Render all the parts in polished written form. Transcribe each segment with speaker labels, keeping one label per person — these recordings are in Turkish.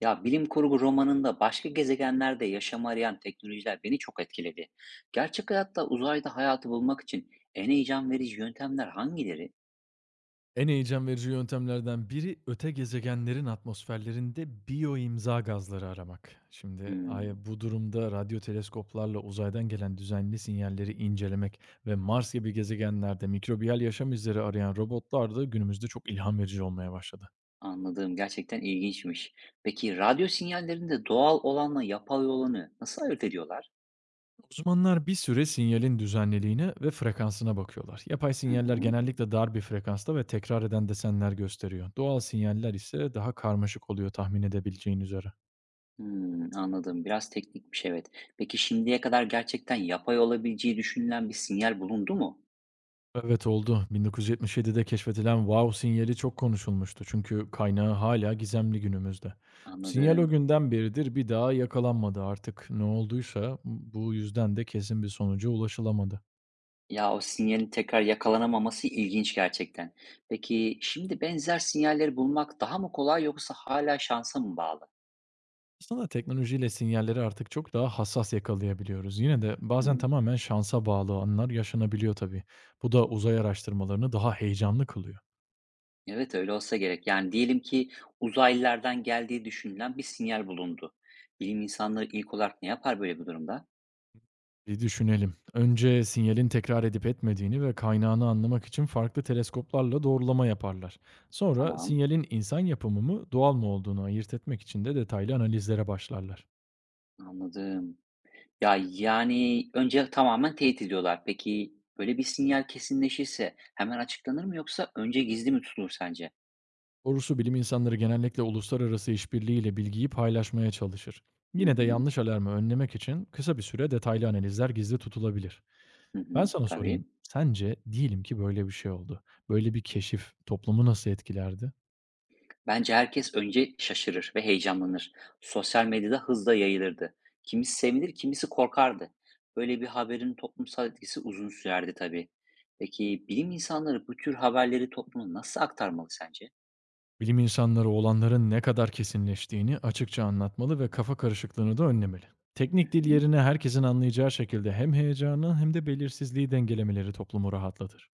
Speaker 1: Ya bilim kurgu romanında başka gezegenlerde yaşam arayan teknolojiler beni çok etkiledi. Gerçek hayatta uzayda hayatı bulmak için en heyecan verici yöntemler hangileri?
Speaker 2: En heyecan verici yöntemlerden biri öte gezegenlerin atmosferlerinde biyoimza gazları aramak. Şimdi
Speaker 1: Hmm,
Speaker 2: ay bu durumda radyo teleskoplarla uzaydan gelen düzenli sinyalleri incelemek ve Mars gibi gezegenlerde mikrobiyal yaşam izleri arayan robotlar da günümüzde çok ilham verici olmaya başladı.
Speaker 1: anladığım gerçekten ilginçmiş. Peki radyo sinyallerinde doğal olanla yapay olanı nasıl ayırt ediyorlar?
Speaker 2: Uzmanlar bir süre sinyalin düzenliliğine ve frekansına bakıyorlar. Yapay
Speaker 1: Hı
Speaker 2: sinyaller
Speaker 1: hı.
Speaker 2: genellikle dar bir frekansta ve tekrar eden desenler gösteriyor. Doğal sinyaller ise daha karmaşık oluyor tahmin edebileceğin üzere.
Speaker 1: Hmm, anladım. Biraz teknikmiş, evet. Peki şimdiye kadar gerçekten yapay olabileceği düşünülen bir sinyal bulundu mu?
Speaker 2: Evet oldu. 1977'de keşfedilen Wow sinyali çok konuşulmuştu. Çünkü kaynağı hala gizemli günümüzde. Sinyal o
Speaker 1: Anladım.
Speaker 2: günden beridir bir daha yakalanmadı artık. Ne olduysa bu yüzden de kesin bir sonuca ulaşılamadı.
Speaker 1: Ya, o sinyalin tekrar yakalanamaması ilginç gerçekten. Peki, şimdi benzer sinyalleri bulmak daha mı kolay yoksa hala şansa mı bağlı?
Speaker 2: Aslında teknolojiyle sinyalleri artık çok daha hassas yakalayabiliyoruz. Yine de bazen
Speaker 1: Hımm.
Speaker 2: tamamen şansa bağlı anlar yaşanabiliyor tabii. Bu da uzay araştırmalarını daha heyecanlı kılıyor.
Speaker 1: Evet, öyle olsa gerek. Yani, diyelim ki uzaylılardan geldiği düşünülen bir sinyal bulundu. Bilim insanları ilk olarak ne yapar böyle bir durumda?
Speaker 2: Bir düşünelim. Önce sinyalin tekrar edip etmediğini ve kaynağını anlamak için farklı teleskoplarla doğrulama yaparlar. Sonra
Speaker 1: Tamam,
Speaker 2: sinyalin insan yapımı mı, doğal mı olduğunu ayırt etmek için de detaylı analizlere başlarlar.
Speaker 1: anladım. Ya, yani, önce tamamen teyit ediyorlar. Peki, böyle bir sinyal kesinleşirse hemen açıklanır mı yoksa önce gizli mi tutulur sence?
Speaker 2: Doğrusu bilim insanları genellikle uluslararası işbirliğiyle bilgiyi paylaşmaya çalışır.
Speaker 1: Hı
Speaker 2: Yine de
Speaker 1: hı.
Speaker 2: yanlış alarmı önlemek için kısa bir süre detaylı analizler gizli tutulabilir.
Speaker 1: Hı
Speaker 2: Ben
Speaker 1: hı.
Speaker 2: sana sorayım.
Speaker 1: Tabii.
Speaker 2: Sence diyelim ki böyle bir şey oldu. Böyle bir keşif toplumu nasıl etkilerdi?
Speaker 1: Bence herkes önce şaşırır ve heyecanlanır. Sosyal medyada hızla yayılırdı. Kimisi sevinir, kimisi korkardı. Böyle bir haberin toplumsal etkisi uzun sürerdi tabii. Peki bilim insanları bu tür haberleri topluma nasıl aktarmalı sence?
Speaker 2: Bilim insanları olanların ne kadar kesinleştiğini açıkça anlatmalı ve kafa karışıklığını da önlemeli. Teknik
Speaker 1: Hı.
Speaker 2: dil yerine herkesin anlayacağı şekilde hem heyecanı hem de belirsizliği dengelemeleri toplumu rahatlatır.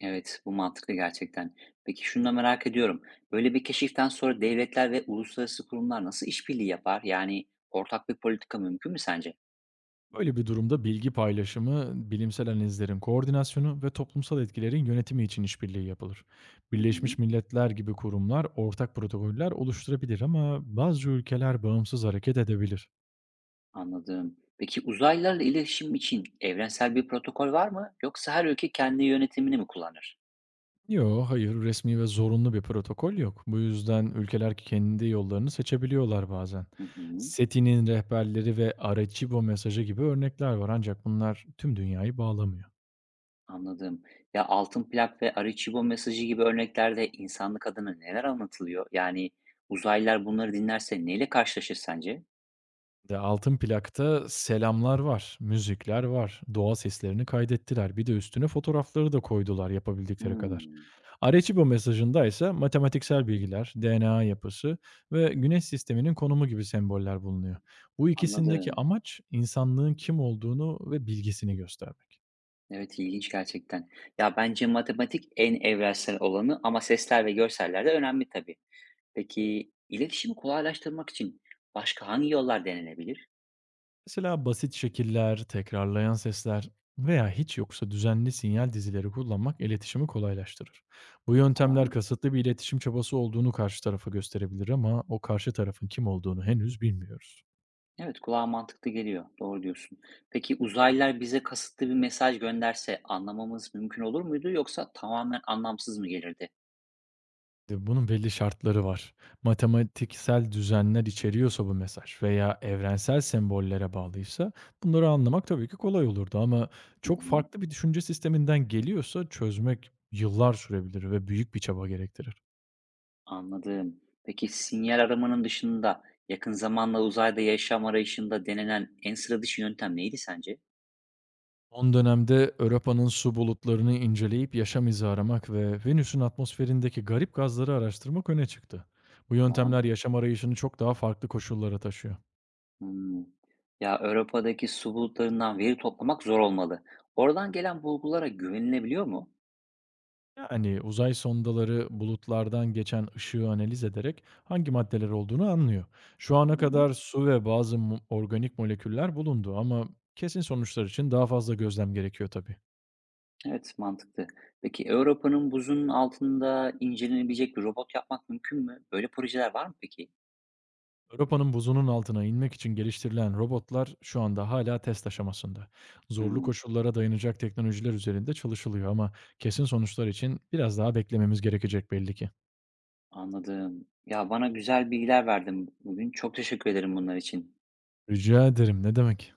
Speaker 1: Evet, bu mantıklı gerçekten. Peki şunu da merak ediyorum. Böyle bir keşiften sonra devletler ve uluslararası kurumlar nasıl işbirliği yapar? Yani ortak bir politika mümkün mü sence?
Speaker 2: Böyle bir durumda bilgi paylaşımı, bilimsel analizlerin koordinasyonu ve toplumsal etkilerin yönetimi için işbirliği yapılır.
Speaker 1: Hı hı.
Speaker 2: Birleşmiş Milletler gibi kurumlar ortak protokoller oluşturabilir ama bazı ülkeler bağımsız hareket edebilir.
Speaker 1: Anladım. Peki uzaylılarla iletişim için evrensel bir protokol var mı? Yoksa her ülke kendi yönetimini mi kullanır?
Speaker 2: Yo, hayır, resmi ve zorunlu bir protokol yok. Bu yüzden ülkeler kendi yollarını seçebiliyorlar bazen.
Speaker 1: Hı hı,
Speaker 2: SETI'nin rehberleri ve Arecibo mesajı gibi örnekler var ancak bunlar tüm dünyayı bağlamıyor.
Speaker 1: anladım. Ya altın plak ve Arecibo mesajı gibi örneklerde insanlık adına neler anlatılıyor? Yani uzaylılar bunları dinlerse neyle karşılaşır sence?
Speaker 2: De altın plakta selamlar var, müzikler var, doğa seslerini kaydettiler. Bir de üstüne fotoğrafları da koydular yapabildikleri kadar.
Speaker 1: Hmm,
Speaker 2: Arecibo mesajında ise matematiksel bilgiler, DNA yapısı ve güneş sisteminin konumu gibi semboller bulunuyor. Bu ikisindeki
Speaker 1: anladım.
Speaker 2: amaç insanlığın kim olduğunu ve bilgisini göstermek.
Speaker 1: Evet, ilginç gerçekten. Ya bence matematik en evrensel olanı ama sesler ve görseller de önemli tabii. Peki iletişimi kolaylaştırmak için başka hangi yollar denenebilir?
Speaker 2: Mesela basit şekiller, tekrarlayan sesler veya hiç yoksa düzenli sinyal dizileri kullanmak iletişimi kolaylaştırır. Bu yöntemler
Speaker 1: Tamam.
Speaker 2: kasıtlı bir iletişim çabası olduğunu karşı tarafa gösterebilir ama o karşı tarafın kim olduğunu henüz bilmiyoruz.
Speaker 1: Evet, kulağa mantıklı geliyor. Doğru diyorsun. Peki uzaylılar bize kasıtlı bir mesaj gönderse anlamamız mümkün olur muydu yoksa tamamen anlamsız mı gelirdi?
Speaker 2: De Bunun belli şartları var. Matematiksel düzenler içeriyorsa bu mesaj veya evrensel sembollere bağlıysa bunları anlamak tabii ki kolay olurdu ama
Speaker 1: Hı
Speaker 2: çok
Speaker 1: hı,
Speaker 2: farklı bir düşünce sisteminden geliyorsa çözmek yıllar sürebilir ve büyük bir çaba gerektirir.
Speaker 1: anladım. Peki sinyal aramanın dışında yakın zamanla uzayda yaşam arayışında denenen en sıra dışı yöntem neydi sence?
Speaker 2: Son dönemde Europa'nın su bulutlarını inceleyip yaşam izi aramak ve Venüs'ün atmosferindeki garip gazları araştırmak öne çıktı. Bu
Speaker 1: Tamam.
Speaker 2: yöntemler yaşam arayışını çok daha farklı koşullara taşıyor.
Speaker 1: Hmm. Ya Avrupa'daki su bulutlarından veri toplamak zor olmalı. Oradan gelen bulgulara güvenilebiliyor mu?
Speaker 2: Yani uzay sondaları bulutlardan geçen ışığı analiz ederek hangi maddeler olduğunu anlıyor. Şu ana
Speaker 1: Hı.
Speaker 2: kadar su ve bazı organik moleküller bulundu ama kesin sonuçlar için daha fazla gözlem gerekiyor tabii.
Speaker 1: Evet, mantıklı. Peki Avrupa'nın buzun altında incelenebilecek bir robot yapmak mümkün mü? Böyle projeler var mı peki?
Speaker 2: Avrupa'nın buzunun altına inmek için geliştirilen robotlar şu anda hala test aşamasında. Zorlu
Speaker 1: Hmm,
Speaker 2: koşullara dayanacak teknolojiler üzerinde çalışılıyor ama kesin sonuçlar için biraz daha beklememiz gerekecek belli ki.
Speaker 1: anladım. Ya bana güzel bilgiler verdin bugün. Çok teşekkür ederim bunlar için.
Speaker 2: Rica ederim, ne demek.